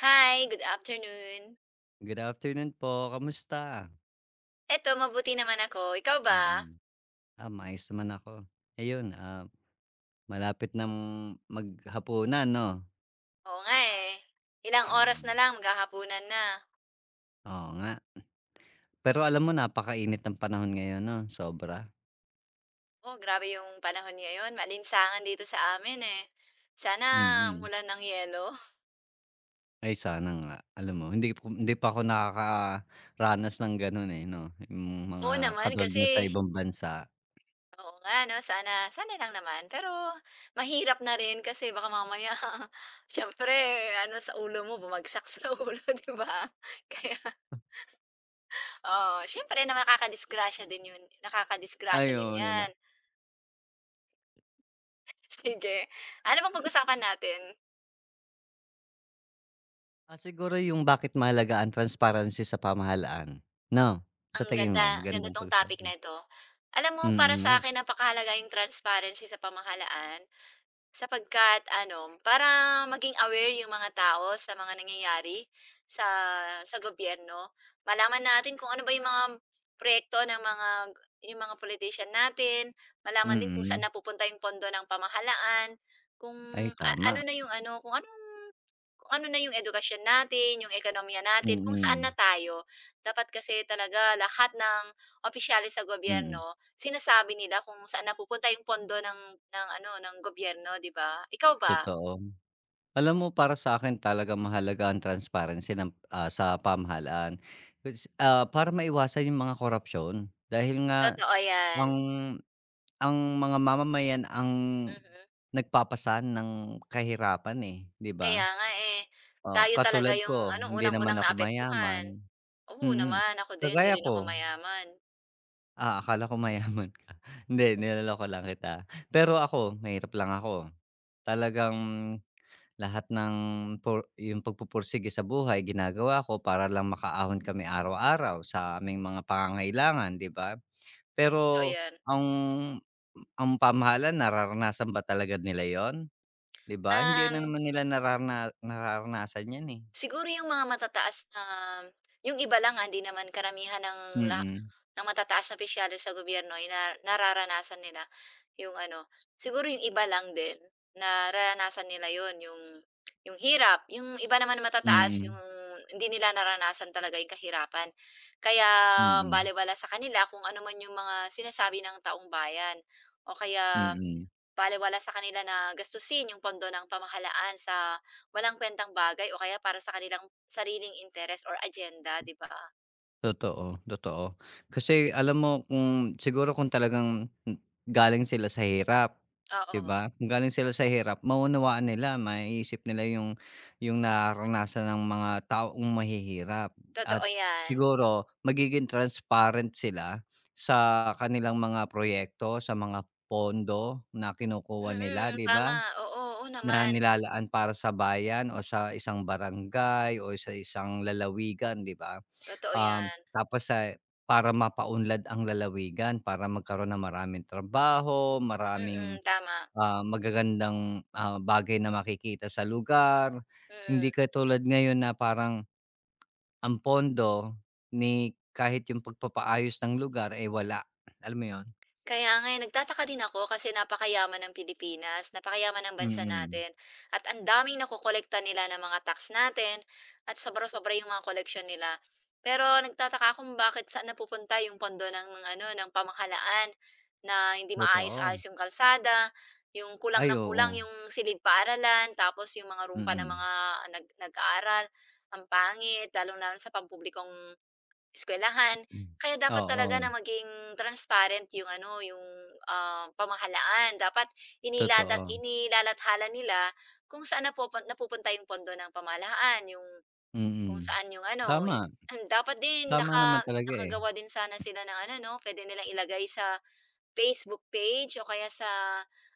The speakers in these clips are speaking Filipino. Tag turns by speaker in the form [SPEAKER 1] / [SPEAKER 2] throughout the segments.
[SPEAKER 1] Hi, good afternoon.
[SPEAKER 2] Good afternoon po, kamusta?
[SPEAKER 1] Eto mabuti naman ako, ikaw ba?
[SPEAKER 2] Mm. Ah, maayos naman ako. Ayun, malapit ng maghapunan, 'no?
[SPEAKER 1] Oo nga, eh, ilang oras na
[SPEAKER 2] Mm,
[SPEAKER 1] lang maghahapunan na.
[SPEAKER 2] oo nga. Pero alam mo, napakainit ng panahon ngayon, 'no, sobra.
[SPEAKER 1] Oh, grabe yung panahon ngayon, maalinsangan dito sa amin, eh. Sana
[SPEAKER 2] Mm.
[SPEAKER 1] umulan ng yelo.
[SPEAKER 2] Ay, sana nga. Alam mo, hindi pa ako nakakaranas ng gano'n, eh, 'no, yung mga
[SPEAKER 1] Oo naman
[SPEAKER 2] katulad ng sa
[SPEAKER 1] kasi,
[SPEAKER 2] ibang bansa.
[SPEAKER 1] oo nga 'no, sana sana lang naman. Pero mahirap na rin kasi baka mamaya siyempre ano sa ulo mo, bumagsak sa ulo, 'di ba? Kaya. Oh, syempre na nakakadisgrasya
[SPEAKER 2] Ay,
[SPEAKER 1] din
[SPEAKER 2] oo naman.
[SPEAKER 1] 'yan. Sige. Ano bang pag-usapan natin?
[SPEAKER 2] Ah, siguro yung bakit mahalaga ang transparency sa pamahalaan, 'no? Sa
[SPEAKER 1] Ang
[SPEAKER 2] tingin
[SPEAKER 1] ganda,
[SPEAKER 2] mo
[SPEAKER 1] ang ganda
[SPEAKER 2] magandang
[SPEAKER 1] 'tong topic
[SPEAKER 2] pag-usapan yun?
[SPEAKER 1] na ito. Alam mo,
[SPEAKER 2] Mm
[SPEAKER 1] para
[SPEAKER 2] nga,
[SPEAKER 1] sa'kin napakahalaga yung transparency sa pamahalaan. Sapagkat ano, para maging aware yung mga tao sa mga nangyayari sa sa gobyerno, malaman natin kung ano ba yung mga proyekto ng mga yung mga politician natin, malaman din kung saan
[SPEAKER 2] mm.
[SPEAKER 1] napupunta yung pondo ng pamahalaan, kung
[SPEAKER 2] Ay, tama,
[SPEAKER 1] ano na yung ano, kung ano na yung edukasyon natin, yung ekonomiya natin, kung saan na
[SPEAKER 2] mm,
[SPEAKER 1] tayo. Dapat kasi talaga lahat ng opisyales sa
[SPEAKER 2] mm,
[SPEAKER 1] gobyerno. Sinasabi nila kung saan napupunta yung pondo ng ano, ng gobyerno, 'di ba? Ikaw ba?
[SPEAKER 2] totoo. Alam mo, para sa akin talaga mahalaga ang transparency sa pamahalaan. Para maiwasan yung mga korapsiyon, dahil nga
[SPEAKER 1] Totoo 'yan,
[SPEAKER 2] ang ang mga mamamayan ang
[SPEAKER 1] mhm.
[SPEAKER 2] nagpapasan ng kahirapan, eh, 'di
[SPEAKER 1] Kaya
[SPEAKER 2] ba?
[SPEAKER 1] nga, eh.
[SPEAKER 2] Oh,
[SPEAKER 1] Tayo talaga
[SPEAKER 2] katulad
[SPEAKER 1] yung
[SPEAKER 2] ko,
[SPEAKER 1] ano,
[SPEAKER 2] hindi naman
[SPEAKER 1] unang-unang
[SPEAKER 2] ako mayaman,
[SPEAKER 1] naapektuhan. Oo
[SPEAKER 2] mm.
[SPEAKER 1] naman, ako din, 'di
[SPEAKER 2] Kagaya
[SPEAKER 1] rin
[SPEAKER 2] ko,
[SPEAKER 1] ako mayaman.
[SPEAKER 2] akala ko mayaman ka, hindi, niloloko lang kita. Pero ako mahirap lang ako, talagang lahat ng yung pagpupursige sa buhay ginagawa ko para lang makaahon kami araw-araw sa aming mga pangangailangan, 'di ba?
[SPEAKER 1] Totoo
[SPEAKER 2] Pero
[SPEAKER 1] 'yan.
[SPEAKER 2] ang ang pamahalan nararanasan ba talaga nila 'yon, 'di ba? Hindi na
[SPEAKER 1] Um
[SPEAKER 2] naman nila nararanasan 'yan, eh.
[SPEAKER 1] Siguro yung mga matataas na yung iba lang, hindi naman karamihan ng
[SPEAKER 2] Mm,
[SPEAKER 1] ng matataas na opisyales sa gobyerno ay na nararanasan nila yung ano, siguro yung iba lang din nararanasan nila yon yung hirap. Yung iba naman na matataas yung
[SPEAKER 2] mm,
[SPEAKER 1] hindi nila naranasan talaga yung kahirapan. Kaya
[SPEAKER 2] mm,
[SPEAKER 1] balewala sa kanila kung ano man yung mga sinasabi ng taong bayan o
[SPEAKER 2] mm,
[SPEAKER 1] kaya.
[SPEAKER 2] mm.
[SPEAKER 1] Balewala sa kanila na gastusin yung pondo ng pamahalaan sa walang kuwentang bagay o kaya para sa kanilang sariling interes or agenda, 'di ba?
[SPEAKER 2] Totoo, totoo. Kasi alam mo, kung siguro kung talagang galing sila sa hirap, 'di
[SPEAKER 1] Oo,
[SPEAKER 2] ba? Kung galing sila sa hirap, maunawaan nila, maiisip nila yung nararanasan ng mga taong mahihirap at
[SPEAKER 1] totoo 'yan.
[SPEAKER 2] siguro magiging transparent sila sa kanilang mga proyekto, sa mga pondo na kinukuha nila,
[SPEAKER 1] Mm,
[SPEAKER 2] 'di ba?
[SPEAKER 1] tama. Oo, oo
[SPEAKER 2] Na
[SPEAKER 1] naman.
[SPEAKER 2] nilalaan para sa bayan, o sa isang barangay, o sa isang lalawigan, 'di ba?
[SPEAKER 1] Totoo 'yan.
[SPEAKER 2] Tapos, para mapaunlad ang lalawigan, para magkaroon ng maraming trabaho,
[SPEAKER 1] Mm,
[SPEAKER 2] maraming,
[SPEAKER 1] tama.
[SPEAKER 2] magagandang, bagay na makikita sa lugar. Hindi
[SPEAKER 1] Mm.
[SPEAKER 2] katulad ngayon na parang ang pondo ni kahit yung pagpapaayos ng lugar, ay wala. Alam mo yon?
[SPEAKER 1] Kaya nga eh, nagtataka din ako kasi napakayaman ng Pilipinas, napakayaman ng bansa
[SPEAKER 2] Mm,
[SPEAKER 1] natin at ang daming nakokolekta nila ng mga tax natin at sobra-sobra yung mga koleksyon nila. Pero nagtataka ako kung bakit saan napupunta yung pondo ng ano, ng pamahalaan na hindi
[SPEAKER 2] totoo.
[SPEAKER 1] maayos-ayos yung kalsada, yung kulang
[SPEAKER 2] Ay,
[SPEAKER 1] na kulang
[SPEAKER 2] oo.
[SPEAKER 1] yung silid paaralan, tapos yung mga rumpa ng
[SPEAKER 2] Mm,
[SPEAKER 1] mga nag-aaral, ang pangit, lalong-lalo na sa pampublikong eskwelahan.
[SPEAKER 2] hmm.
[SPEAKER 1] Kaya dapat talaga
[SPEAKER 2] Oo,
[SPEAKER 1] na maging transparent yung ano, yung, pamahalaan. Dapat
[SPEAKER 2] totoo.
[SPEAKER 1] inilalathala nila kung saan napupunta yung pondo ng pamahalaan, yung kung
[SPEAKER 2] Mm.
[SPEAKER 1] saan yung ano,
[SPEAKER 2] Tama,
[SPEAKER 1] dapat din
[SPEAKER 2] tama naman talaga, eh.
[SPEAKER 1] nakagawa din sana sila ng ano 'no, puwede nilang ilagay sa Facebook page o kaya sa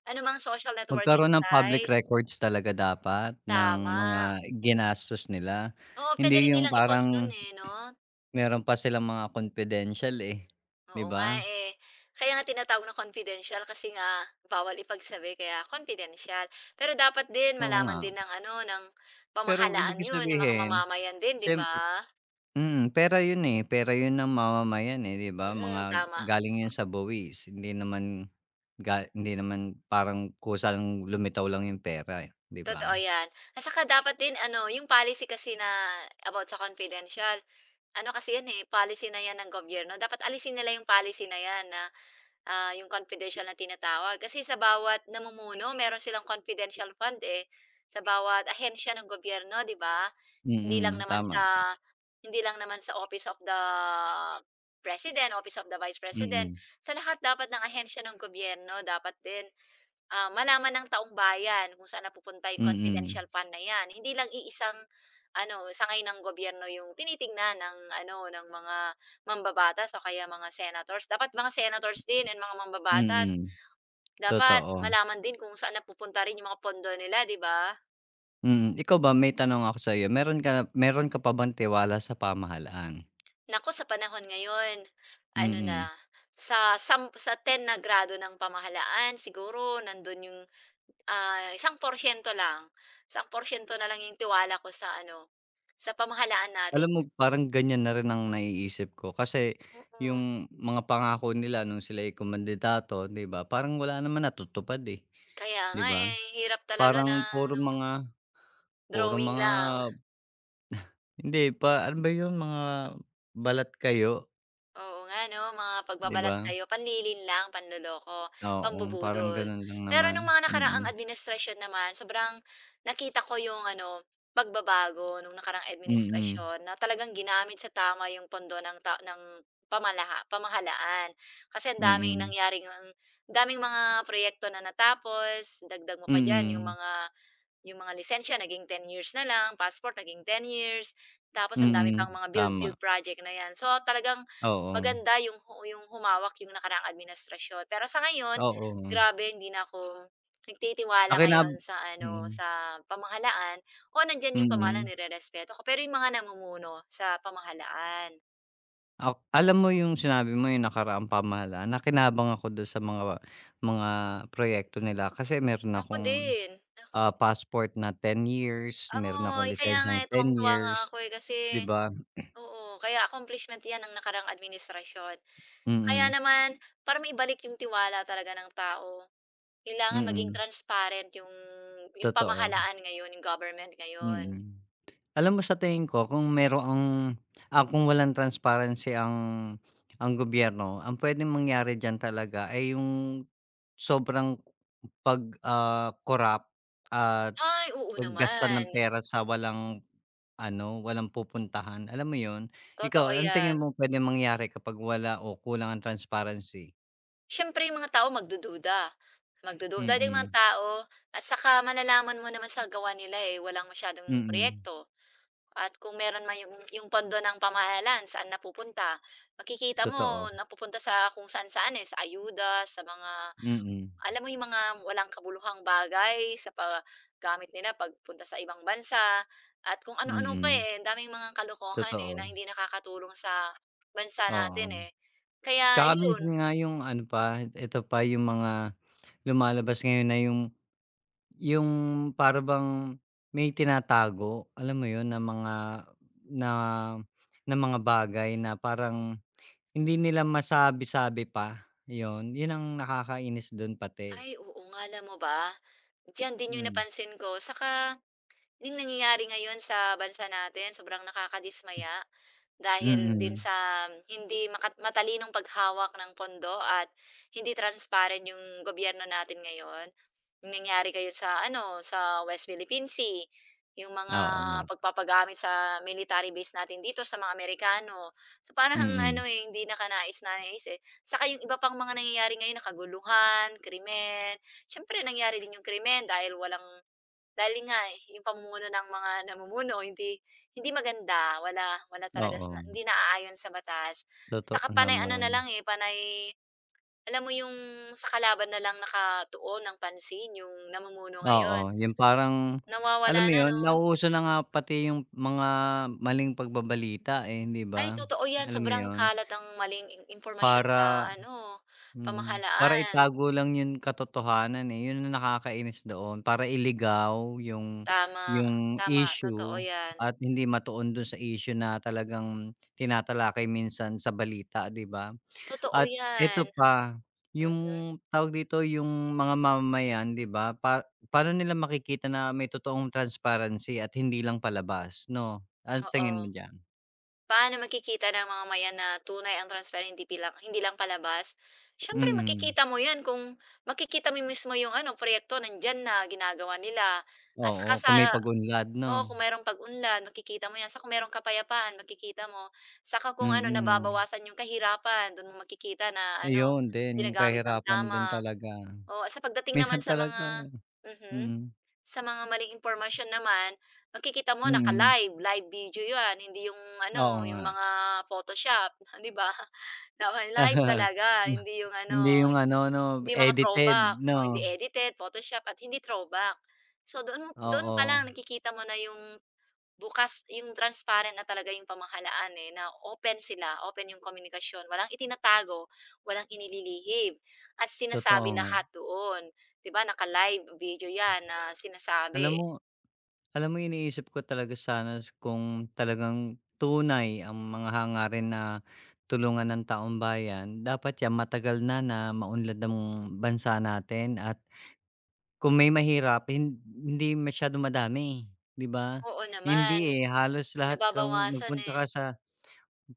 [SPEAKER 1] anumang social networking
[SPEAKER 2] Magkaroon ng public
[SPEAKER 1] sites.
[SPEAKER 2] records talaga dapat ng
[SPEAKER 1] Tama.
[SPEAKER 2] mga ginastos nila.
[SPEAKER 1] Oo, puwede
[SPEAKER 2] Hindi
[SPEAKER 1] rin
[SPEAKER 2] yung
[SPEAKER 1] nilang i-post do'n,
[SPEAKER 2] parang
[SPEAKER 1] eh, 'no?
[SPEAKER 2] meron pa silang mga confidential, eh, 'di
[SPEAKER 1] Oo nga,
[SPEAKER 2] ba?
[SPEAKER 1] eh. Kaya nga tinatawag na confidential kasi nga bawal ipagsabi kaya confidential. Pero dapat din
[SPEAKER 2] Oo nga.
[SPEAKER 1] malaman din ng ano, ng
[SPEAKER 2] Pero
[SPEAKER 1] pamahalaan
[SPEAKER 2] ibig
[SPEAKER 1] 'yun, ng mga
[SPEAKER 2] sabihin
[SPEAKER 1] mamamayan din, 'di ba?
[SPEAKER 2] siyempre, pera yun, eh, pera yun ng mamamayan, eh, 'di ba?
[SPEAKER 1] Mm,
[SPEAKER 2] Mga
[SPEAKER 1] tama.
[SPEAKER 2] galing yun sa buwis, hindi naman parang kusang lumitaw lang yung pera, eh, 'di ba?
[SPEAKER 1] Totoo 'yan. At saka dapat din ano, yung policy kasi na about sa confidential, ano kasi 'yan, eh, policy na 'yan ng gobyerno. Dapat alisin nila yung policy na 'yan na, yung confidential na tinatawag. Kasi sa bawat namumuno meron silang confidential fund, eh, sa bawat ahensiya ng gobyerno, 'di ba? Hindi lang
[SPEAKER 2] Mm,
[SPEAKER 1] naman
[SPEAKER 2] tama.
[SPEAKER 1] sa hindi lang naman sa Office of the President, Office of the Vice President,
[SPEAKER 2] Mm,
[SPEAKER 1] sa lahat dapat ng ahensya ng gobyerno dapat din, malaman ng taong bayan kung saan napupunta yung
[SPEAKER 2] mm,
[SPEAKER 1] confidential fund na 'yan. Hindi lang iisang ano, sangay ng gobyerno yung tinitingnan ng ano, ng mga mambabatas o kaya mga senators. Dapat mga senators din and mga
[SPEAKER 2] mm,
[SPEAKER 1] mambabatas,
[SPEAKER 2] mm.
[SPEAKER 1] dapat
[SPEAKER 2] Totoo.
[SPEAKER 1] malaman din kung saan napupunta rin yung mga pondo nila, 'di ba?
[SPEAKER 2] Mm, ikaw ba, may tanong ako sa iyo, meron ka pa bang tiwala sa pamahalaan?
[SPEAKER 1] Nako, sa panahon ngayon, ano na,
[SPEAKER 2] Mm.
[SPEAKER 1] sa sa 10 na grado ng pamahalaan siguro nandun yung, 1% lang, 1% na lang yung tiwala ko sa ano, sa pamahalaan
[SPEAKER 2] Alam
[SPEAKER 1] natin.
[SPEAKER 2] mo, parang ganyan na rin ang naiisip ko, kasi
[SPEAKER 1] Mm,
[SPEAKER 2] yung mga pangako nila nung sila ay kumandidato, 'di ba, parang wala naman natutupad, eh,
[SPEAKER 1] kaya
[SPEAKER 2] 'di
[SPEAKER 1] nga,
[SPEAKER 2] ba?
[SPEAKER 1] eh, hirap talaga na
[SPEAKER 2] Parang puro
[SPEAKER 1] ano,
[SPEAKER 2] mga puro
[SPEAKER 1] drawing
[SPEAKER 2] mga
[SPEAKER 1] lang.
[SPEAKER 2] hindi pa ano ba yun, mga balat kayo,
[SPEAKER 1] Oo nga 'no, mga
[SPEAKER 2] 'di
[SPEAKER 1] pagbabalat
[SPEAKER 2] ba?
[SPEAKER 1] kayo, panlilin lang, panloloko,
[SPEAKER 2] Oo, parang
[SPEAKER 1] pambubudol.
[SPEAKER 2] ganun lang
[SPEAKER 1] Pero
[SPEAKER 2] naman.
[SPEAKER 1] nung mga
[SPEAKER 2] Mm,
[SPEAKER 1] nakaraang administrasyon naman sobrang nakita ko yung ano, pagbabago nung nakaraang
[SPEAKER 2] mm,
[SPEAKER 1] administrasyon na talagang ginamit sa tama yung pondo ng ta ng pamalaha pamahalaan. Kasi
[SPEAKER 2] mm, mm,
[SPEAKER 1] ang daming mga proyekto na natapos, dagdag mo pa diyan yung
[SPEAKER 2] mm.
[SPEAKER 1] mga lisensiya naging 10 years na lang, passport naging 10 years, tapos ang dami
[SPEAKER 2] Mm.
[SPEAKER 1] pang mga build
[SPEAKER 2] Tama,
[SPEAKER 1] build project na 'yan. So, talagang
[SPEAKER 2] oo.
[SPEAKER 1] maganda yung yung humawak yung nakaraang administrasyon. Pero sa ngayon,
[SPEAKER 2] Oo,
[SPEAKER 1] grabe hindi na ako nagtitiwala
[SPEAKER 2] nakinab
[SPEAKER 1] ngayon sa ano,
[SPEAKER 2] mm,
[SPEAKER 1] sa pamahalaan o nandiyan yung pamahalaan
[SPEAKER 2] mm.
[SPEAKER 1] nirerespeto ko, pero yung mga namumuno sa pamahalaan.
[SPEAKER 2] Alam mo yung sinabi mo yung nakaraang pamahalaan, nakinabang ako dun sa mga proyekto nila, kasi meron
[SPEAKER 1] Ako
[SPEAKER 2] akong,
[SPEAKER 1] din, ako din.
[SPEAKER 2] passport na 10 years, meron
[SPEAKER 1] Oh
[SPEAKER 2] akong
[SPEAKER 1] eh, kaya nga,
[SPEAKER 2] lisensyang
[SPEAKER 1] eh,
[SPEAKER 2] ten
[SPEAKER 1] tuwang-tuwa nga
[SPEAKER 2] years,
[SPEAKER 1] ako, eh, kasi
[SPEAKER 2] 'di ba?
[SPEAKER 1] oo, kaya accomplishment 'yan ng nakarang administrasyon. Kaya
[SPEAKER 2] Mm,
[SPEAKER 1] naman, para maibalik yung tiwala talaga ng tao, kailangan maging
[SPEAKER 2] mm,
[SPEAKER 1] transparent yung
[SPEAKER 2] totoo,
[SPEAKER 1] pamahalaan ngayon, yung government ngayon.
[SPEAKER 2] mm. Alam mo, sa tingin ko kung merong, kung walang transparency ang gobyerno, ang puwedeng mangyari diyan talaga ay yung sobrang corrupt at
[SPEAKER 1] Ay, oo
[SPEAKER 2] paggasta
[SPEAKER 1] naman.
[SPEAKER 2] ng pera sa walang ano, walang pupuntahan, alam mo 'yun?
[SPEAKER 1] Totoo
[SPEAKER 2] Ikaw, anong
[SPEAKER 1] yan.
[SPEAKER 2] tingin mo puwedeng mangyari kapag wala o kulang ang transparency?
[SPEAKER 1] Siyempre yung mga tao magdududa. Magdududa din mga
[SPEAKER 2] Mm,
[SPEAKER 1] tao at saka malalaman mo naman sa gawa nila, eh, walang masyadong
[SPEAKER 2] mm,
[SPEAKER 1] proyekto. At kung meron man yung pondo ng pamahalaan saan napupunta, makikita
[SPEAKER 2] totoo.
[SPEAKER 1] mo napupunta sa kung saan-saan, eh, sa ayuda, sa mga,
[SPEAKER 2] Mm,
[SPEAKER 1] alam mo, yung mga walang kabuluhang bagay sa paggamit nila pagpunta sa ibang bansa at kung ano-ano pa,
[SPEAKER 2] mm,
[SPEAKER 1] eh. Ang daming mga kalokohan, eh, na
[SPEAKER 2] totoo,
[SPEAKER 1] hindi nakakatulong sa bansa
[SPEAKER 2] oo.
[SPEAKER 1] natin, eh. Kaya
[SPEAKER 2] Tsaka minsan
[SPEAKER 1] yun.
[SPEAKER 2] nga yung ano pa, ito pa yung mga lumalabas ngayon na yung para bang may tinatago, alam mo yun, na mga na na mga bagay na parang hindi nila masabi-sabi pa, yun. Yun ang nakakainis dun pati.
[SPEAKER 1] Ay, oo nga. Alam mo ba, diyan din yung
[SPEAKER 2] Hmm,
[SPEAKER 1] napansin ko. Saka, yung nangyayari ngayon sa bansa natin, sobrang nakakadismaya. Dahil din
[SPEAKER 2] mm.
[SPEAKER 1] sa hindi matalinong paghawak ng pondo at hindi transparent yung gobyerno natin ngayon. Yung nangyari kayo sa ano, sa West Philippine Sea, yung mga
[SPEAKER 2] Oo nga,
[SPEAKER 1] pagpapagamit sa military base natin dito sa mga Amerikano. So parang
[SPEAKER 2] mm.
[SPEAKER 1] ano, eh, hindi na kanais-nais, eh. Saka yung iba pang mga nangyayari ngayon na kaguluhan, krimen. Siyempre nangyari din yung krimen dahil walang dahil nga, eh, yung pamumuno ng mga namumuno hindi hindi maganda, wala wala talaga sa
[SPEAKER 2] Oo,
[SPEAKER 1] hindi naaayon sa batas.
[SPEAKER 2] totoo
[SPEAKER 1] Saka panay ano
[SPEAKER 2] naman.
[SPEAKER 1] na lang, eh, panay alam mo yung sa kalaban na lang nakatuon ng pansin yung namumuno
[SPEAKER 2] Oo,
[SPEAKER 1] ngayon.
[SPEAKER 2] yung parang alam
[SPEAKER 1] Nawawala
[SPEAKER 2] mo
[SPEAKER 1] na
[SPEAKER 2] yun,
[SPEAKER 1] 'no?
[SPEAKER 2] nauuso na nga pati yung mga maling pagbabalita, eh, 'di
[SPEAKER 1] Ay,
[SPEAKER 2] ba?
[SPEAKER 1] totoo 'yan,
[SPEAKER 2] Alam mo
[SPEAKER 1] sobrang
[SPEAKER 2] yun?
[SPEAKER 1] kalat ang maling impormasyon sa
[SPEAKER 2] Para
[SPEAKER 1] ano,
[SPEAKER 2] para
[SPEAKER 1] pamahalaan.
[SPEAKER 2] itago lang 'yung katotohanan, eh, 'yun ang nakakainis doon para iligaw 'yung
[SPEAKER 1] Tama,
[SPEAKER 2] 'yung
[SPEAKER 1] tama, totoo
[SPEAKER 2] issue
[SPEAKER 1] 'yan.
[SPEAKER 2] at hindi matuon dun sa issue na talagang tinatalakay minsan sa balita, 'di ba?
[SPEAKER 1] Totoo
[SPEAKER 2] At
[SPEAKER 1] 'yan,
[SPEAKER 2] eto pa,
[SPEAKER 1] mm,
[SPEAKER 2] 'yung tawag dito, 'yung mga mamamayan, 'di ba, paano nila makikita na may totoong transparency at hindi lang palabas, 'no? Anong tingin
[SPEAKER 1] oo.
[SPEAKER 2] mo diyan?
[SPEAKER 1] Paano makikita ng mga maya na tunay ang transparent, hindi lang palabas? Siyempre
[SPEAKER 2] Mm,
[SPEAKER 1] makikita mo 'yan kung makikita mo mismo yung ano proyekto nandiyan na ginagawa nila at
[SPEAKER 2] oo,
[SPEAKER 1] saka sa,
[SPEAKER 2] kung may pag-unlad, 'no?
[SPEAKER 1] oo, kung merong pag-unlad makikita mo 'yan, sa kung merong kapayapaan makikita mo, saka kung ano
[SPEAKER 2] Mm.
[SPEAKER 1] nababawasan yung kahirapan do'n mo makikita na ano
[SPEAKER 2] Ayun din, yung
[SPEAKER 1] ginagamit ang
[SPEAKER 2] kahirapan din
[SPEAKER 1] tama.
[SPEAKER 2] talaga.
[SPEAKER 1] O sa pagdating naman
[SPEAKER 2] Minsan
[SPEAKER 1] sa
[SPEAKER 2] talaga,
[SPEAKER 1] mga, mhm.
[SPEAKER 2] mm,
[SPEAKER 1] Sa mga maling impormasyon naman, makikita mo
[SPEAKER 2] mm.
[SPEAKER 1] naka-live, live video 'yan, hindi yung
[SPEAKER 2] Oo
[SPEAKER 1] ano,
[SPEAKER 2] nga.
[SPEAKER 1] yung mga Photoshop, 'di ba? Naka live talaga,
[SPEAKER 2] Ma
[SPEAKER 1] hindi yung
[SPEAKER 2] Hindi
[SPEAKER 1] ano,
[SPEAKER 2] yung ano, 'no,
[SPEAKER 1] hindi mga
[SPEAKER 2] edited,
[SPEAKER 1] throwback o hindi
[SPEAKER 2] 'no?
[SPEAKER 1] edited, Photoshop at hindi throwback. So doon mo, doon pa
[SPEAKER 2] Oo,
[SPEAKER 1] lang nakikita mo na yung. Bukas yung transparent na talaga yung pamahalaan, eh, na open sila, open yung komunikasyon, walang itinatago, walang inililihim at
[SPEAKER 2] totoo
[SPEAKER 1] sinasabi
[SPEAKER 2] nga.
[SPEAKER 1] lahat doon. 'Di ba naka-live video 'yan na
[SPEAKER 2] Alam
[SPEAKER 1] sinasabi.
[SPEAKER 2] mo alam mo iniisip ko talaga sana kung talagang tunay ang mga hangarin na tulungan ng taong bayan, dapat 'yan matagal na na maunlad ang bansa natin at kung may mahirapin, hindi masyadong madami, 'di ba?
[SPEAKER 1] Oo naman,
[SPEAKER 2] Hindi, eh, halos lahat kung
[SPEAKER 1] nababawasan,
[SPEAKER 2] nagpunta
[SPEAKER 1] eh.
[SPEAKER 2] ka sa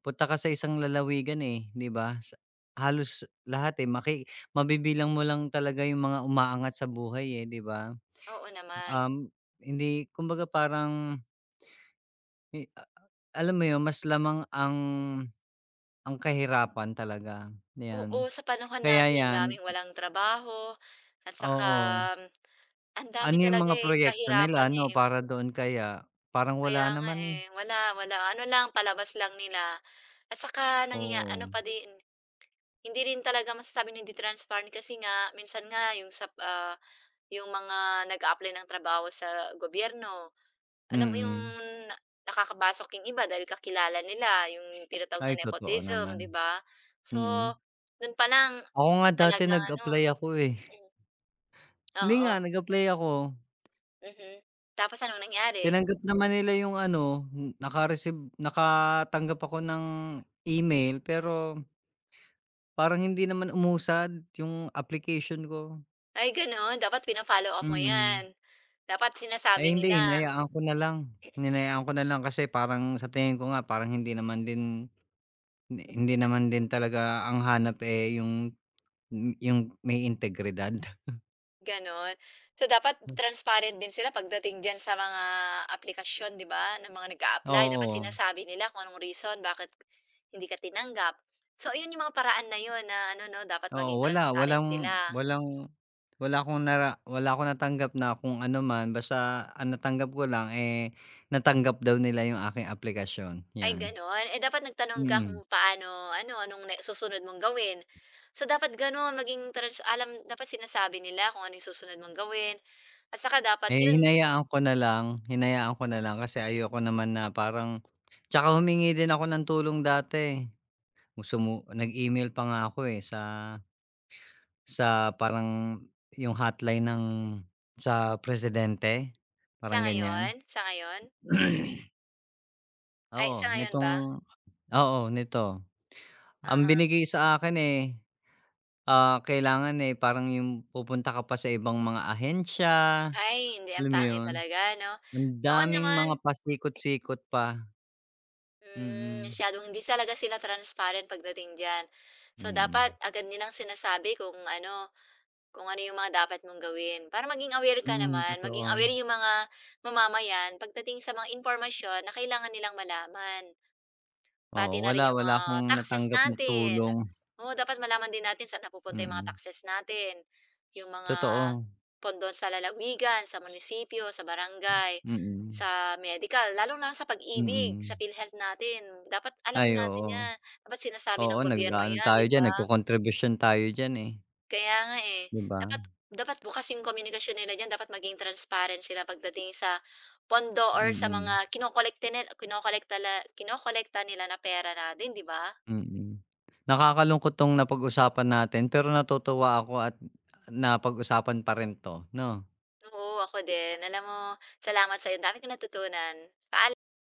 [SPEAKER 2] isang lalawigan, eh, 'di ba? Sa halos lahat, eh, mabibilang mo lang talaga yung mga umaangat sa buhay, eh, 'di ba?
[SPEAKER 1] Oo naman.
[SPEAKER 2] Um, Hindi, kumbaga parang i a alam mo yun, mas lamang ang kahirapan talaga,
[SPEAKER 1] Oo,
[SPEAKER 2] 'yan.
[SPEAKER 1] sa panahon
[SPEAKER 2] Kaya
[SPEAKER 1] natin ang
[SPEAKER 2] 'yan,
[SPEAKER 1] daming walang trabaho at saka,
[SPEAKER 2] oo.
[SPEAKER 1] mm, ang dami
[SPEAKER 2] Ano yung
[SPEAKER 1] talaga,
[SPEAKER 2] mga
[SPEAKER 1] eh, yung
[SPEAKER 2] proyekto nila,
[SPEAKER 1] kahirapan,
[SPEAKER 2] 'no,
[SPEAKER 1] eh.
[SPEAKER 2] para doon kaya? Parang wala
[SPEAKER 1] Kaya nga,
[SPEAKER 2] naman, eh.
[SPEAKER 1] eh, wala, wala. Ano lang, palabas lang nila at saka ano
[SPEAKER 2] Oo,
[SPEAKER 1] pa din, hindi rin talaga masasabing hindi transparent kasi nga minsan nga yung sa, yung mga nag apply ng trabaho sa gobyerno, alam mo yung
[SPEAKER 2] mm.
[SPEAKER 1] na nakakapasok yung iba dahil kakilala nila, yung tinatawag
[SPEAKER 2] Ay,
[SPEAKER 1] na
[SPEAKER 2] totoo
[SPEAKER 1] nepotism,
[SPEAKER 2] naman,
[SPEAKER 1] 'di ba? So,
[SPEAKER 2] mm.
[SPEAKER 1] dun pa lang
[SPEAKER 2] Ako nga dati
[SPEAKER 1] talagang ano,
[SPEAKER 2] nag-apply ako, eh.
[SPEAKER 1] hmm,
[SPEAKER 2] Hindi nga,
[SPEAKER 1] oo,
[SPEAKER 2] nag-apply ako,
[SPEAKER 1] mhm. Tapos anong nangyari?
[SPEAKER 2] tinanggap naman nila yung ano, nakatanggap ako ng email pero parang hindi naman umusad yung application ko,
[SPEAKER 1] "Ay gano'n, dapat pina-follow up mo
[SPEAKER 2] mm.
[SPEAKER 1] 'yan." Dapat sinasabi
[SPEAKER 2] Ay,
[SPEAKER 1] nila.
[SPEAKER 2] hindi, hinayaan ko na lang, hinayaan ko na lang, kasi parang sa tingin ko nga parang hindi naman din hindi
[SPEAKER 1] Sina-
[SPEAKER 2] naman din talaga ang hanap, eh, yung may integridad.
[SPEAKER 1] Gano'n. So, dapat transparent din sila pagdating diyan sa mga aplikasyon, 'di ba, ng mga nag-a-apply. Dapat
[SPEAKER 2] Oo.
[SPEAKER 1] sinasabi nila kung anong reason bakit hindi ka tinanggap. So, ayun yung mga paraan na yun na ano 'no, dapat maging
[SPEAKER 2] Oo, wala.
[SPEAKER 1] transparent sila.
[SPEAKER 2] Walang walang wala akong nara wala akong natanggap na kung ano man, basta ang natanggap ko lang, eh, natanggap daw nila yung aking aplikasyon,
[SPEAKER 1] Ay,
[SPEAKER 2] 'yan.
[SPEAKER 1] gano'n? Eh, dapat nagtanong ka kung
[SPEAKER 2] Mm.
[SPEAKER 1] paano ano, anong na susunod mong gawin. So, dapat gano'n maging alam dapat sinasabi nila kung ano yung susunod mong gawin at saka dapat
[SPEAKER 2] Eh,
[SPEAKER 1] yun
[SPEAKER 2] hinayaan ko na lang, hinayaan ko na lang, kasi ayoko naman na parang tsaka humingi din ako ng tulong dati, eh. Nag-email pa nga ako, eh, sa parang yung hotline ng sa presidente,
[SPEAKER 1] sa
[SPEAKER 2] parang ganyan.
[SPEAKER 1] ngayon, sa ngayon? Ay, sa
[SPEAKER 2] Oo,
[SPEAKER 1] ngayon ba?
[SPEAKER 2] nitong, oo, nito. Ang
[SPEAKER 1] uh
[SPEAKER 2] binigay sa akin, eh, kailangan, eh, parang yung pupunta ka pa sa ibang mga ahensya,
[SPEAKER 1] Ay, hindi, ang
[SPEAKER 2] alam mo
[SPEAKER 1] pangit
[SPEAKER 2] yun?
[SPEAKER 1] talaga 'no?
[SPEAKER 2] Ang
[SPEAKER 1] Noon
[SPEAKER 2] daming
[SPEAKER 1] naman,
[SPEAKER 2] mga pasikot-sikot pa, mm,
[SPEAKER 1] masyadong hindi talaga sila transparent pagdating diyan. So,
[SPEAKER 2] mm.
[SPEAKER 1] dapat agad nilang sinasabi kung ano, yung mga dapat mong gawin para maging aware ka
[SPEAKER 2] Mm,
[SPEAKER 1] naman, maging aware
[SPEAKER 2] totoo.
[SPEAKER 1] yung mga mamamayan pagdating sa mga impormasyon na kailangan nilang malaman.
[SPEAKER 2] Oo,
[SPEAKER 1] Pati na
[SPEAKER 2] wala,
[SPEAKER 1] rin yung
[SPEAKER 2] wala akong
[SPEAKER 1] mga taxes
[SPEAKER 2] natanggap na
[SPEAKER 1] natin.
[SPEAKER 2] tulong,
[SPEAKER 1] Oo, dapat malaman din natin saan napupunta yung mga
[SPEAKER 2] mm.
[SPEAKER 1] taxes natin, yung mga
[SPEAKER 2] Totoo,
[SPEAKER 1] pondo sa lalawigan, sa munisipyo, sa barangay,
[SPEAKER 2] mm,
[SPEAKER 1] sa medical, lalo na sa pag-ibig, sa
[SPEAKER 2] mm.
[SPEAKER 1] PhilHealth natin. Dapat alam
[SPEAKER 2] Ay,
[SPEAKER 1] natin
[SPEAKER 2] oo.
[SPEAKER 1] 'yan, dapat sinasabi
[SPEAKER 2] Oo,
[SPEAKER 1] ng gobyerno
[SPEAKER 2] nag-aano
[SPEAKER 1] 'yan,
[SPEAKER 2] tayo
[SPEAKER 1] 'di
[SPEAKER 2] diyan,
[SPEAKER 1] ba?
[SPEAKER 2] nagkokontribusyon tayo diyan, eh,
[SPEAKER 1] Kaya nga, eh.
[SPEAKER 2] 'di ba?
[SPEAKER 1] Dapat dapat bukas yung komunikasyon nila diyan, dapat maging transparent sila pagdating sa pondo or sa mga
[SPEAKER 2] Mm.
[SPEAKER 1] kinokolekte nil kinokolekta la kinokolekta nila na pera natin, 'di ba?
[SPEAKER 2] Mm. Nakakalungkot 'tong napag-usapan natin, pero natutuwa ako at napag-usapan pa rin 'to, 'no?
[SPEAKER 1] Oo, ako din. Alam mo, salamat sa'yo. Ang dami kong natutunan.